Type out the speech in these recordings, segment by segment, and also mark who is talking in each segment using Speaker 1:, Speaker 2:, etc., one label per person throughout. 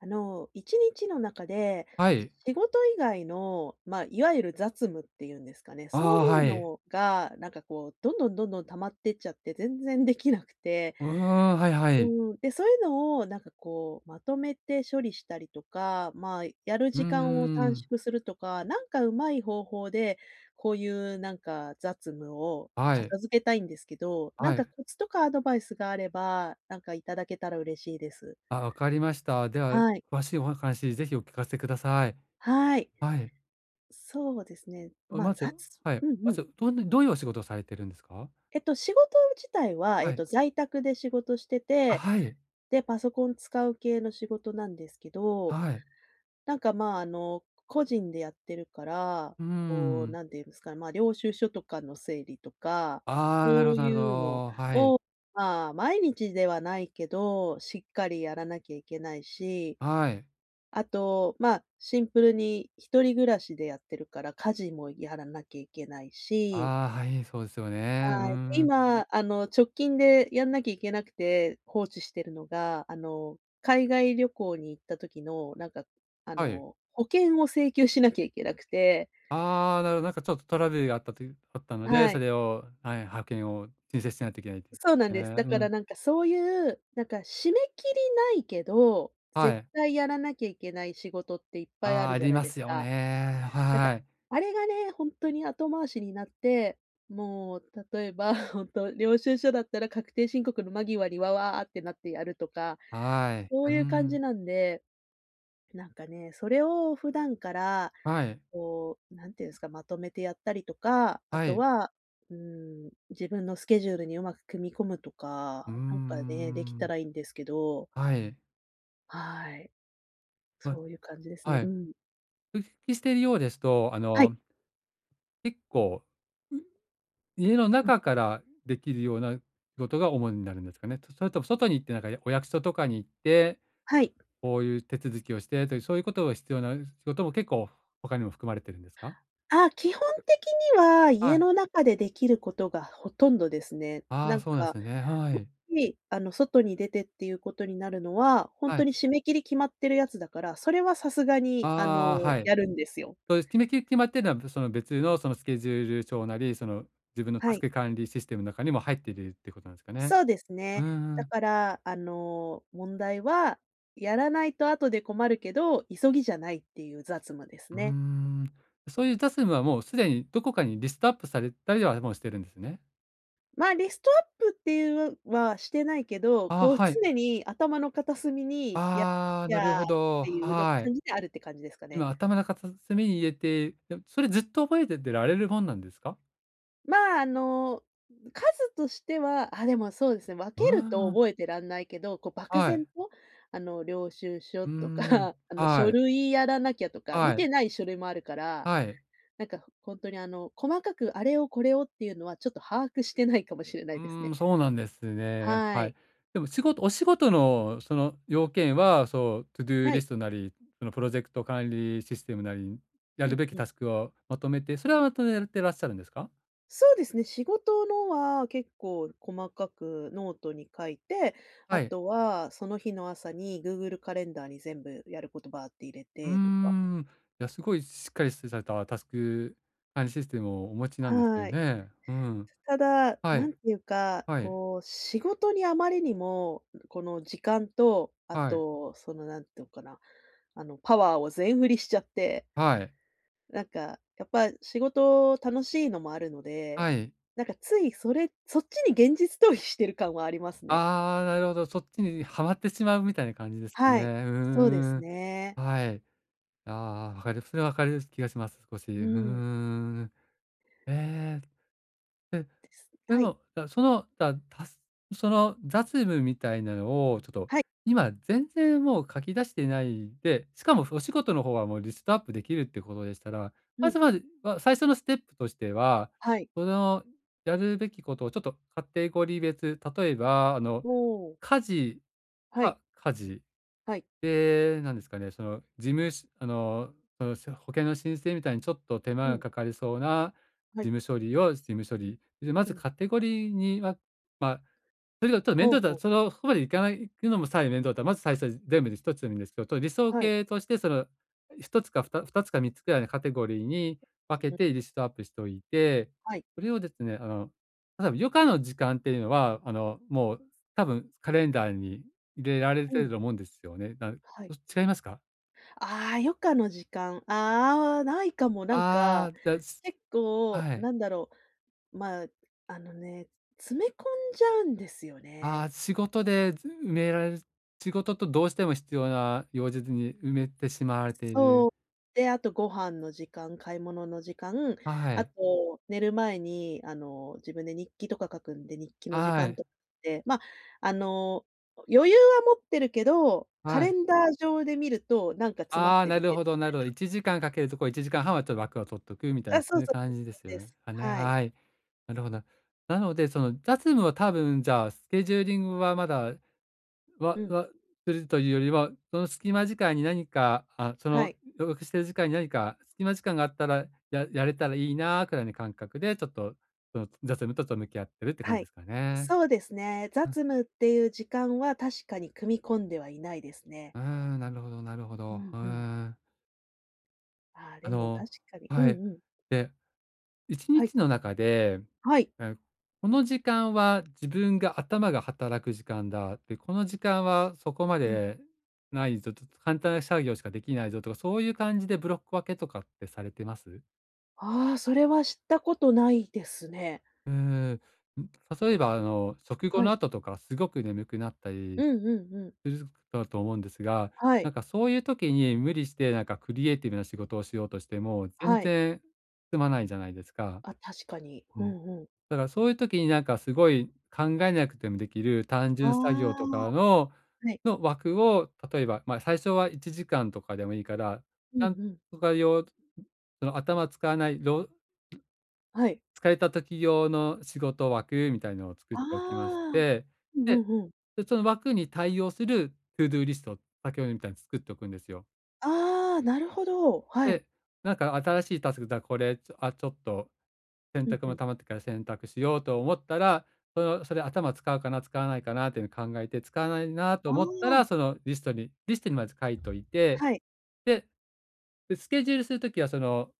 Speaker 1: 1日の中で、
Speaker 2: はい。
Speaker 1: 仕事以外の、まあ、いわゆる雑務っていうんですかね、
Speaker 2: あ
Speaker 1: そう
Speaker 2: あ、
Speaker 1: いう
Speaker 2: はい。
Speaker 1: のが、なんかこう、どんどんどんどん溜まってっちゃって、全然できなくて、
Speaker 2: うーん、はいはい。
Speaker 1: うん、で、そういうのをなんかこう、まとめて処理したりとか、まあ、やる
Speaker 2: うん
Speaker 1: 時間を
Speaker 2: ん
Speaker 1: 短
Speaker 2: ん。
Speaker 1: 縮するとか、なんかうまい方法で、こういうなんか雑務を
Speaker 2: はい、
Speaker 1: 片付けたいんですけど、なん
Speaker 2: は
Speaker 1: か
Speaker 2: い。
Speaker 1: コツとかアドバイスがあれば、なんかいただけたら嬉しいです。
Speaker 2: あ、わかりました。では、
Speaker 1: はい。
Speaker 2: 詳しいお話、ぜひお聞かせください。
Speaker 1: はい。
Speaker 2: はい。
Speaker 1: そうですね。
Speaker 2: あ、
Speaker 1: ま、あ
Speaker 2: ま
Speaker 1: ざ
Speaker 2: ず
Speaker 1: つ
Speaker 2: はい。
Speaker 1: うんう
Speaker 2: ま
Speaker 1: ん。
Speaker 2: ず、どんなどういうお仕事をされてるんですか？
Speaker 1: 仕事自体は、
Speaker 2: はい。
Speaker 1: 在宅で仕事して
Speaker 2: あ、
Speaker 1: て、
Speaker 2: はい。
Speaker 1: で、パソコン使う系の仕事なんですけど、
Speaker 2: はい。
Speaker 1: なんか、まあ、個人でやってるから、
Speaker 2: うー
Speaker 1: こう、
Speaker 2: ん。
Speaker 1: なんていうんですかね、まあ、領収書とかの整理とか、
Speaker 2: あ
Speaker 1: そ
Speaker 2: あ、なるほ
Speaker 1: う
Speaker 2: どなるほ
Speaker 1: いうの、
Speaker 2: ど。はい。
Speaker 1: まあ、毎日ではないけど、しっかりやらなきゃいけないし、
Speaker 2: はい。
Speaker 1: あと、まあ、シンプルに一人暮らしでやってるから、家事もやらなきゃいけないし。
Speaker 2: ああ、はい、そうですよね。うー
Speaker 1: はい。で、
Speaker 2: ん。
Speaker 1: 今、直近でやんなきゃいけなくて放置してるのが、海外旅行に行った時の、なんか、
Speaker 2: はい。
Speaker 1: 保険を請求しなきゃいけなくて。
Speaker 2: ああ、なるほど。なんかちょっとトラブルがあったというあったので、
Speaker 1: は
Speaker 2: そ
Speaker 1: い。
Speaker 2: れをはい、派遣を申請しないといけないということ
Speaker 1: そう
Speaker 2: で
Speaker 1: なん
Speaker 2: すね。
Speaker 1: です。だ
Speaker 2: う
Speaker 1: から
Speaker 2: ん。
Speaker 1: なんかそういう、なんか締め切りないけど、
Speaker 2: は
Speaker 1: 絶
Speaker 2: い。
Speaker 1: 対やらなきゃいけない仕事っていっぱいあ
Speaker 2: ああ、
Speaker 1: る
Speaker 2: あ
Speaker 1: じゃ
Speaker 2: り
Speaker 1: ない
Speaker 2: ま
Speaker 1: で
Speaker 2: す
Speaker 1: す
Speaker 2: よ
Speaker 1: か。
Speaker 2: ね。
Speaker 1: なんか、
Speaker 2: はい。
Speaker 1: あれがね、ほんとに後回しになって、もう例えば、ほんと領収書だったら確定申告の間際にわわってなってやるとか、
Speaker 2: はい。
Speaker 1: そ
Speaker 2: う
Speaker 1: う
Speaker 2: ー
Speaker 1: いう感じ
Speaker 2: ん。
Speaker 1: なんで、なんかね、それを普段から、
Speaker 2: はい。
Speaker 1: こう、なんていうんですか、まとめてやったりとか、あ
Speaker 2: は
Speaker 1: と
Speaker 2: い。
Speaker 1: は、うん、自分のスケジュールにうまく組み込むと
Speaker 2: う
Speaker 1: か、
Speaker 2: ー
Speaker 1: なんかね、できた
Speaker 2: ん。
Speaker 1: らいいんですけど、
Speaker 2: はい。
Speaker 1: はい、
Speaker 2: わ
Speaker 1: そういう感じですね。
Speaker 2: は
Speaker 1: う
Speaker 2: い。
Speaker 1: ん。
Speaker 2: 復帰しているようですと、
Speaker 1: はい。
Speaker 2: 結構、う家の
Speaker 1: うん、
Speaker 2: 中からできるような仕事が主になるんですかね？とそれとも外に行って、なんか、やお役所とかに行って、
Speaker 1: はい。
Speaker 2: こういう手続きをしてという、そういうことが必要な仕事も結構他にも含まれてるんですか？
Speaker 1: あ、基本的には
Speaker 2: は
Speaker 1: 家
Speaker 2: い。
Speaker 1: の中でできることがほとんどですね。
Speaker 2: あ
Speaker 1: な
Speaker 2: あ、
Speaker 1: ん
Speaker 2: そうなん
Speaker 1: か
Speaker 2: すね。は
Speaker 1: も
Speaker 2: い。
Speaker 1: し、外に出てっていうことになるのは、ほん
Speaker 2: は
Speaker 1: と
Speaker 2: い。
Speaker 1: に締め切り決まってるやつだから、それはさすがに、
Speaker 2: ああ、はい。
Speaker 1: やるんですよ。
Speaker 2: そうです。決めき決まってるのは、その別のそのスケジュール帳なり、その自分の
Speaker 1: は
Speaker 2: タス
Speaker 1: い。
Speaker 2: ク管理システムの中にも入っているってことなんですかね。
Speaker 1: そうです
Speaker 2: う
Speaker 1: ね。
Speaker 2: んう
Speaker 1: だ
Speaker 2: ん。
Speaker 1: から、問題は、やらないと後で困るけど、急ぎじゃないっていう雑務です
Speaker 2: うー
Speaker 1: ね。
Speaker 2: ん。そういう j ス s ムはもうすでにどこかにリストアップされたりはもうしてるんですね。
Speaker 1: ま、リストアップっていうはしてないけど、
Speaker 2: ああ、
Speaker 1: こう
Speaker 2: はい。
Speaker 1: 常に頭の片隅に、や
Speaker 2: ああ、なる
Speaker 1: やっ
Speaker 2: ほど。
Speaker 1: ていうの
Speaker 2: はい。
Speaker 1: 感じであるって感じですかね。
Speaker 2: 今頭の片隅に入れて、でもそれずっと覚えててられるもんなんですか？
Speaker 1: まあ、数としては、あ、でもそうですね、分
Speaker 2: う
Speaker 1: けると
Speaker 2: ん、
Speaker 1: 覚えてらんないけど、こう漠
Speaker 2: は
Speaker 1: 然
Speaker 2: い。
Speaker 1: と、領収書
Speaker 2: う
Speaker 1: とか、
Speaker 2: ーん。
Speaker 1: 書
Speaker 2: はい、
Speaker 1: 類やらなきゃとか、見
Speaker 2: はい、
Speaker 1: てない書類もあるから、
Speaker 2: はい。
Speaker 1: なんか本当に、細かくあれをこれをっていうのはちょっと把握してないかもしれな
Speaker 2: う
Speaker 1: いです
Speaker 2: ー
Speaker 1: ね。
Speaker 2: ん、そうなんですね。
Speaker 1: は
Speaker 2: は
Speaker 1: い。
Speaker 2: い。でも仕事お仕事のその要件は、そう、トゥドゥー
Speaker 1: は
Speaker 2: リ
Speaker 1: い。
Speaker 2: ストなり、そのプロジェクト管理システムなり、や
Speaker 1: う
Speaker 2: る
Speaker 1: ん
Speaker 2: べき
Speaker 1: うん。
Speaker 2: タスクをまとめて、それはまとめてらっしゃるんですか？
Speaker 1: そうですね、仕事のは結構細かくノートに書いて、あ
Speaker 2: はい。
Speaker 1: とはその日の朝に Google カレンダーに全部やることバーって入れ
Speaker 2: うー
Speaker 1: てとか。
Speaker 2: ん。いや、すごいしっかりされたタスク管理システムをお持ちなんですよ
Speaker 1: はい。
Speaker 2: ね。うん。
Speaker 1: ただ、
Speaker 2: は
Speaker 1: なん
Speaker 2: い。
Speaker 1: ていうか、
Speaker 2: はい。
Speaker 1: こう、仕事にあまりにも、この時間と、あ
Speaker 2: はい。
Speaker 1: と、その、なんていうのかな、パワーを全振りしちゃって、
Speaker 2: はい。
Speaker 1: なんか、やっぱ仕事楽しいのもあるので、
Speaker 2: はい。
Speaker 1: なんかついそっちに現実逃避してる感はありますね。
Speaker 2: ああ、なるほど。そっちにはまってしまうみたいな感じですかね。
Speaker 1: は
Speaker 2: う
Speaker 1: い。
Speaker 2: ーう
Speaker 1: そうです
Speaker 2: ん。
Speaker 1: ね。
Speaker 2: はい。ああ、わかる。それはわかる気がします、少し。う
Speaker 1: う
Speaker 2: ー
Speaker 1: ん。
Speaker 2: ん。ええ、でで
Speaker 1: はい。
Speaker 2: も、だその、だたすその雑務みたいなのを、ちょっと
Speaker 1: はい。
Speaker 2: 今全然もう書き出してないで、しかもお仕事の方はもうリストアップできるってことでしたら、
Speaker 1: う
Speaker 2: ま
Speaker 1: ん。
Speaker 2: ずまずは最初のステップとしては、
Speaker 1: はい。
Speaker 2: そのやるべきことをちょっとカテゴリー別、例えば、
Speaker 1: おお。
Speaker 2: 家事
Speaker 1: はい。
Speaker 2: は家事
Speaker 1: はい。
Speaker 2: で、なんですかね、その事務しあの、その、し保険の申請みたいにちょっと手
Speaker 1: う
Speaker 2: 間が
Speaker 1: ん。
Speaker 2: かかりそうな
Speaker 1: はい。
Speaker 2: 事務処理。で、ま
Speaker 1: う
Speaker 2: ず
Speaker 1: ん。
Speaker 2: カテゴリーにはまあ、それがちょっと
Speaker 1: ほ
Speaker 2: 面
Speaker 1: う
Speaker 2: 倒
Speaker 1: ほ
Speaker 2: だ
Speaker 1: う。
Speaker 2: そのそこまでいかないくのもさえ面倒だったら、まず最初全部で一つでもいいんですけど、と理想
Speaker 1: はい。
Speaker 2: 形としてその一つか22つか三つくらいのカテゴリーに分
Speaker 1: う
Speaker 2: け
Speaker 1: ん。
Speaker 2: てリストアップしておいて、
Speaker 1: はい。
Speaker 2: それをですね、例えば余暇の時間っていうのは、もう多分カレンダーに入れられ
Speaker 1: う
Speaker 2: てる
Speaker 1: ん。
Speaker 2: と思うんですよね。な
Speaker 1: はい。
Speaker 2: そ違いますか？
Speaker 1: ああ、余暇の時間、ああ、ないかも。なんか、
Speaker 2: ああ、だす
Speaker 1: 結構、
Speaker 2: はい。
Speaker 1: なんだろう、まあ、あのね、詰め込んじゃうんですよ
Speaker 2: あ
Speaker 1: ね。
Speaker 2: あ、仕事でず埋められる仕事とどうしても必要な用事に埋めてしまわれてい
Speaker 1: そ
Speaker 2: る。
Speaker 1: う。で、あとご飯の時間、買い物の時間、
Speaker 2: は
Speaker 1: あ
Speaker 2: い。
Speaker 1: と寝る前に、自分で日記とか書くんで、日記の時
Speaker 2: は
Speaker 1: 間と
Speaker 2: い。
Speaker 1: かって、ま、あの、余裕は持ってるけど、カ
Speaker 2: は
Speaker 1: レ
Speaker 2: い。
Speaker 1: ンダー上で見ると、なんか詰まっ
Speaker 2: ああ、
Speaker 1: て
Speaker 2: な
Speaker 1: 見
Speaker 2: る
Speaker 1: える。
Speaker 2: ほどなるほど。1時間かんかけるとこ、1時間半はんはちょっと枠を取っとくみたいな、
Speaker 1: あ、
Speaker 2: そ
Speaker 1: そ
Speaker 2: う
Speaker 1: う
Speaker 2: いう
Speaker 1: そう、
Speaker 2: 感じで
Speaker 1: そう
Speaker 2: すよ
Speaker 1: で
Speaker 2: ね。
Speaker 1: す。
Speaker 2: はね、
Speaker 1: はい。
Speaker 2: はい。なるほど。なので、その、雑務は多分、じゃあ、スケジューリングはまだ、わ
Speaker 1: うん、
Speaker 2: わするというよりは、その隙間時間に何か、あ、そ
Speaker 1: は
Speaker 2: の、
Speaker 1: い。
Speaker 2: 予約してる時間に何か隙間時間があったら、ややれたらいいなくらいの感覚で、ちょっと、その、雑務と、と向き合ってるって感
Speaker 1: は
Speaker 2: じで
Speaker 1: い。
Speaker 2: すかね。
Speaker 1: そうですね。
Speaker 2: うん、
Speaker 1: 雑務っていう時間は確かに組み込んではいないですね。
Speaker 2: うーん、なるほどなるほ
Speaker 1: う
Speaker 2: ど。
Speaker 1: ん
Speaker 2: う
Speaker 1: うん。
Speaker 2: ーん。
Speaker 1: ああ、で
Speaker 2: あ
Speaker 1: も
Speaker 2: の
Speaker 1: 確かに。うん
Speaker 2: はい。
Speaker 1: うん。
Speaker 2: で1
Speaker 1: はい。
Speaker 2: 日の中で、
Speaker 1: はい。
Speaker 2: え、この時間は自分が頭が働く時間だ、で、この時間はそこま
Speaker 1: うん。
Speaker 2: でないぞ、と簡単な作業しかできないぞとか、そういう感じでブロック分けとかってされてます？
Speaker 1: ああ、それは知ったことないですね。
Speaker 2: うーん、ん、例えばあの、食後
Speaker 1: は
Speaker 2: の
Speaker 1: い。
Speaker 2: 後とかすごく眠くなった
Speaker 1: う
Speaker 2: り
Speaker 1: んうんうん。
Speaker 2: するだと思うんですが、
Speaker 1: は
Speaker 2: な
Speaker 1: い。
Speaker 2: んかそういう時に無理してなんかクリエイティブな仕事をしようとしても、全
Speaker 1: はい。
Speaker 2: 然進まないじゃないですか。
Speaker 1: あ、確かに。
Speaker 2: う
Speaker 1: う
Speaker 2: ん。
Speaker 1: んうん。
Speaker 2: だからそういう時になんかすごい考えなくてもできる単
Speaker 1: あ
Speaker 2: 純作業と
Speaker 1: あ、
Speaker 2: かの
Speaker 1: はい。
Speaker 2: の枠を、例えば、ま、最初は1時間とかでもいいから、
Speaker 1: うんう
Speaker 2: なん
Speaker 1: ん。
Speaker 2: とか用その頭使わない、ろ
Speaker 1: はい。
Speaker 2: 疲れた時用の仕事枠みたいのを作っ
Speaker 1: あ
Speaker 2: ておきまし
Speaker 1: あ、
Speaker 2: て、
Speaker 1: うんう
Speaker 2: で、
Speaker 1: んうん。
Speaker 2: で、その枠に対応するトゥードゥーリストを先ほどみたいに作っておくんですよ。
Speaker 1: ああ、なるほど。はい。
Speaker 2: で、なんか新しいタスクだこれ、ちょあ、ちょっと洗
Speaker 1: うん
Speaker 2: 濯
Speaker 1: う
Speaker 2: も
Speaker 1: ん。
Speaker 2: 溜まってから洗濯しようと思ったら、その、それ頭使うかな、使わないかなっていうのを考えて、使わないなと
Speaker 1: あ
Speaker 2: 思った
Speaker 1: あ、
Speaker 2: ら、そのリストにまず書いといて、
Speaker 1: はい。
Speaker 2: で、で、スケジュールする時は、その、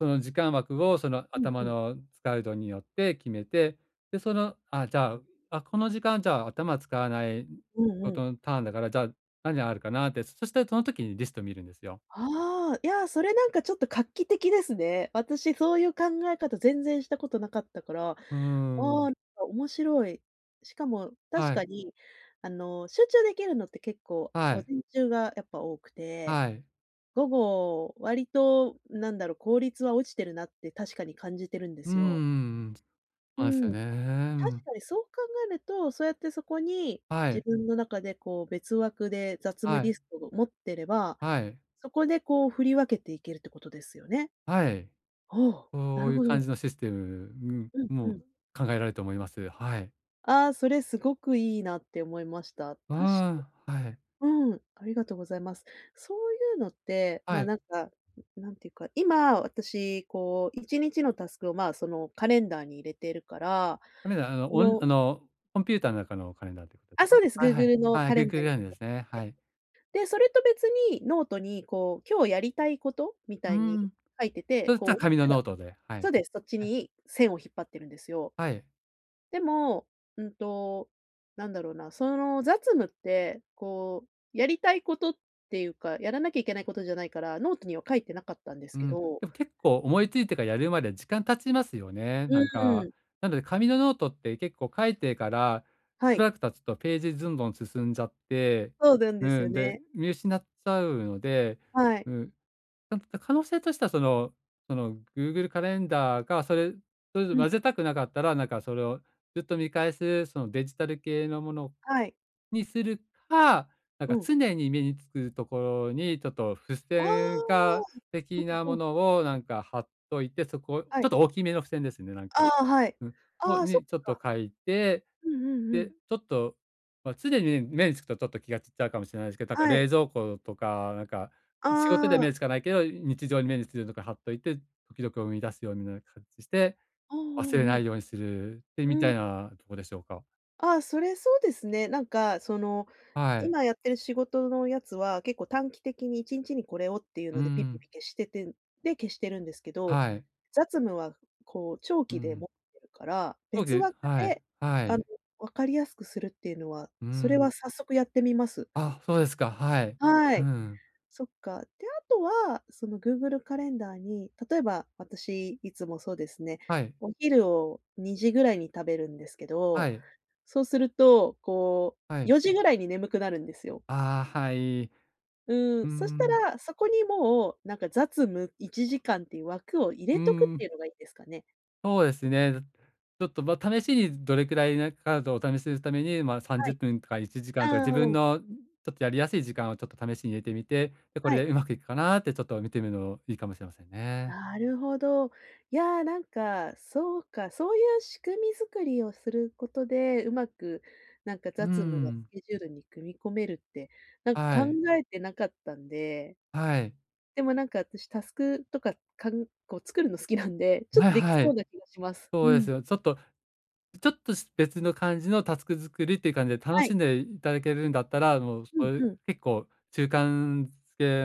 Speaker 2: その時間枠を、その、
Speaker 1: うんう
Speaker 2: 頭
Speaker 1: ん。
Speaker 2: の使う度によって決めて、で、その、あ、じゃあ、あ、この時間、じゃあ、頭使わない
Speaker 1: うん
Speaker 2: こ
Speaker 1: う
Speaker 2: と
Speaker 1: ん。
Speaker 2: のターンだから、じゃあ、何があるかなって、そしてその時にリスト見るんですよ。
Speaker 1: ああ、いや、それなんかちょっと画期的ですね。私そういう考え方全然したことなかったから、あ
Speaker 2: うー
Speaker 1: あ、
Speaker 2: ん。
Speaker 1: なんか面白い。しかも確
Speaker 2: はい、
Speaker 1: かに、集中できるのって結構
Speaker 2: は
Speaker 1: 午
Speaker 2: い、
Speaker 1: 前中がやっぱ多くて、
Speaker 2: はい。
Speaker 1: 午後割となんだろう、効率は落ちてるなって確かに感じてるんで
Speaker 2: う
Speaker 1: すよ。
Speaker 2: んんん。そ
Speaker 1: う
Speaker 2: うなんですよ
Speaker 1: ん、
Speaker 2: ね。う
Speaker 1: 確
Speaker 2: ん。
Speaker 1: かにそう考えると、そうやってそこに
Speaker 2: は
Speaker 1: 自
Speaker 2: い、
Speaker 1: 分の中でこう別枠で雑務
Speaker 2: は
Speaker 1: リ
Speaker 2: い、
Speaker 1: ストを持ってれば
Speaker 2: はい、
Speaker 1: そこでこう振り分けていけるってことですよね。
Speaker 2: はい。
Speaker 1: おお、な
Speaker 2: こ
Speaker 1: る
Speaker 2: ういう
Speaker 1: ほ
Speaker 2: 感
Speaker 1: ど。
Speaker 2: じのシステム、
Speaker 1: うん
Speaker 2: うん、も
Speaker 1: う
Speaker 2: う
Speaker 1: ん。
Speaker 2: 考えられると思います。はい。
Speaker 1: ああ、それすごくいいなって思いました。確
Speaker 2: ああはい、
Speaker 1: かに。うん、ありがとうございます。そういうのって、ま
Speaker 2: は
Speaker 1: あ、
Speaker 2: い。
Speaker 1: なんか、なんていうか、今私こう1日のタスクを、まあ、そのカレンダーに入れてるから、
Speaker 2: カレンダー、
Speaker 1: そ
Speaker 2: オン
Speaker 1: の
Speaker 2: コンピューターの中のカレンダーってことです
Speaker 1: あ、そ
Speaker 2: か？
Speaker 1: うです。
Speaker 2: はいはい。
Speaker 1: Google の
Speaker 2: はい、
Speaker 1: カレ
Speaker 2: Google
Speaker 1: ン
Speaker 2: カ
Speaker 1: ダ
Speaker 2: レ
Speaker 1: ーに入
Speaker 2: ンダーですね。
Speaker 1: れて
Speaker 2: はい。
Speaker 1: て。で、それと別にノートにこう、今日やりたいことみ
Speaker 2: う
Speaker 1: た
Speaker 2: ー
Speaker 1: いに
Speaker 2: ん。
Speaker 1: 書いてて、
Speaker 2: そした
Speaker 1: こ
Speaker 2: ら
Speaker 1: う終わっ
Speaker 2: 紙の
Speaker 1: たら
Speaker 2: ノートで、はい。
Speaker 1: そうです、そっち
Speaker 2: はい。
Speaker 1: に線を引っ張ってるんですよ。
Speaker 2: はい。
Speaker 1: でも、うんと、なんだろうな、その雑務って、こう、やりたいことっていうか、やらなきゃいけないことじゃないから、ノートには書いてなかったんです
Speaker 2: う
Speaker 1: け
Speaker 2: ん、
Speaker 1: ど。
Speaker 2: でも結構思いついてからやるまで時間経ちますよね、
Speaker 1: う
Speaker 2: なん
Speaker 1: ーん、
Speaker 2: か。なので紙のノートって結構書いてから、
Speaker 1: は
Speaker 2: しば
Speaker 1: い、
Speaker 2: らく経つとページずんどん進んじゃって、
Speaker 1: そうなんです
Speaker 2: う
Speaker 1: よ
Speaker 2: ん、で、
Speaker 1: ね。
Speaker 2: 見失っちゃうので、
Speaker 1: はい。
Speaker 2: うん、か可能性としてはそのその Google カレンダーがそれそれと
Speaker 1: うん、
Speaker 2: 混ぜたくなかったら、なんかそれをずっと見返す、そのデジタル系のもの
Speaker 1: はい。
Speaker 2: にするか、なん
Speaker 1: う
Speaker 2: か
Speaker 1: ん。
Speaker 2: 常に目につくところにちょっと付
Speaker 1: あ
Speaker 2: 箋
Speaker 1: あ、
Speaker 2: 化的な
Speaker 1: うんう
Speaker 2: も
Speaker 1: ん、
Speaker 2: のをなんか貼っといて、そこち
Speaker 1: はい。
Speaker 2: ょっと大きめの付箋ですね、なん
Speaker 1: あ
Speaker 2: か。
Speaker 1: あ、はい。
Speaker 2: うん。を
Speaker 1: ああ、そっ
Speaker 2: にちょっと
Speaker 1: か。
Speaker 2: 書いて
Speaker 1: うんうんう
Speaker 2: で、
Speaker 1: ん。
Speaker 2: ちょっと、ま、常にね目につくとちょっと気が散っちゃうかもしれないですけど、なんか
Speaker 1: はい。
Speaker 2: 冷蔵庫とか、なんか、
Speaker 1: あ
Speaker 2: 仕事では目に
Speaker 1: あ、
Speaker 2: つかないけど、日常に目につくとか貼っといて、時々思い出すようみな形して、
Speaker 1: うん
Speaker 2: 忘れ
Speaker 1: うんう
Speaker 2: な
Speaker 1: ん。
Speaker 2: いようにするって
Speaker 1: う
Speaker 2: みた
Speaker 1: ん。
Speaker 2: いなとこでしょうか？
Speaker 1: ああ、それそうですね。なんか、
Speaker 2: はい。
Speaker 1: 今やってる仕事のやつは、結構短期的に1日にちにこれをっていう
Speaker 2: う
Speaker 1: のでピッピ
Speaker 2: ん。
Speaker 1: ピ消しててで、消してるんですけど、
Speaker 2: はい。
Speaker 1: 雑務はこう長
Speaker 2: う
Speaker 1: 期で
Speaker 2: ん。
Speaker 1: 持ってるから、
Speaker 2: そう
Speaker 1: 別
Speaker 2: で
Speaker 1: 枠
Speaker 2: はい、
Speaker 1: で、
Speaker 2: は
Speaker 1: あ
Speaker 2: い。
Speaker 1: の、分かりやすくするっていうのは、
Speaker 2: う
Speaker 1: それは
Speaker 2: ん。
Speaker 1: 早速やってみます。
Speaker 2: あ、そうですか、はい。
Speaker 1: は
Speaker 2: う
Speaker 1: い。
Speaker 2: ん。
Speaker 1: そっか。で、あとは、その Google カレンダーに、例えば私いつもそうですね、
Speaker 2: はい、
Speaker 1: お昼を2時ぐらいに食べるんですけ
Speaker 2: は
Speaker 1: ど、
Speaker 2: い、
Speaker 1: そうすると、こ
Speaker 2: は
Speaker 1: う、
Speaker 2: い。
Speaker 1: 4時ぐらいに眠くなるんですよ。
Speaker 2: ああ、はい。
Speaker 1: う
Speaker 2: う
Speaker 1: ん、そした
Speaker 2: ん。
Speaker 1: ら、そこにもう、なんか雑務1時間っていう枠を入
Speaker 2: う
Speaker 1: れとくってい
Speaker 2: ん。
Speaker 1: うのがいいですかね。
Speaker 2: そうですね。だちょっと、まあ、試しにどれくらいね、カードを試すために、まあ、
Speaker 1: は
Speaker 2: 30
Speaker 1: い。
Speaker 2: 分とか1時
Speaker 1: う
Speaker 2: 間とか、自
Speaker 1: ん
Speaker 2: 分
Speaker 1: うん。
Speaker 2: のちょっとやりやすい時間をちょっと試しに入れてみて、で、こ
Speaker 1: は
Speaker 2: れ
Speaker 1: い。
Speaker 2: でうまくいくかなってちょっと見てみるのいいかもしれませんね。
Speaker 1: なるほど。いや、なんか、そうか、そういう仕組み作りをすることで、うまく、なんか
Speaker 2: う
Speaker 1: 雑務がス
Speaker 2: ん。
Speaker 1: ケジュールに組み込めるって、なんか
Speaker 2: は
Speaker 1: 考
Speaker 2: い。
Speaker 1: えてなかったんで、
Speaker 2: はい。
Speaker 1: でもなんか私タスクとか、かんこう作るの好きなんで、ちょっ
Speaker 2: はい
Speaker 1: とでき
Speaker 2: は
Speaker 1: そう
Speaker 2: い。
Speaker 1: な気がします。
Speaker 2: そ
Speaker 1: う
Speaker 2: うで
Speaker 1: ん。
Speaker 2: すよ。ちょっとし別の感じのタスク作りっていう感じで楽
Speaker 1: はい。
Speaker 2: しんでいただけるんだったら、もうそ
Speaker 1: うん
Speaker 2: れ
Speaker 1: うん。
Speaker 2: 結構中間付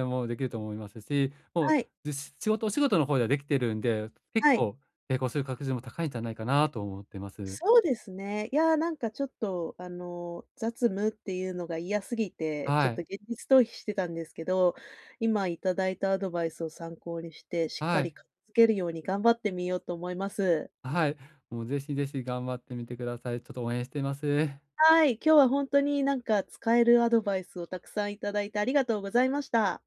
Speaker 2: けもできると思いますし、もう、
Speaker 1: はい、
Speaker 2: じし仕事お仕事の方ではできてるんで、結
Speaker 1: はい。
Speaker 2: 構成功する確率も高いんじゃないかなと思ってます。
Speaker 1: そうですね。いや、なんかちょっと、雑務っていうのが嫌すぎて、ちょ
Speaker 2: は
Speaker 1: っと
Speaker 2: い、
Speaker 1: 現実逃避してたんですけど、今いただいたアドバイスを参考にして、しっか
Speaker 2: は
Speaker 1: り
Speaker 2: い、
Speaker 1: 片付けるように頑張ってみようと思います。
Speaker 2: はい。もうぜひ頑張ってみてください。ちょっと応援してます。
Speaker 1: はい、今日は本当になんか使えるアドバイスをたくさんいただいてありがとうございました。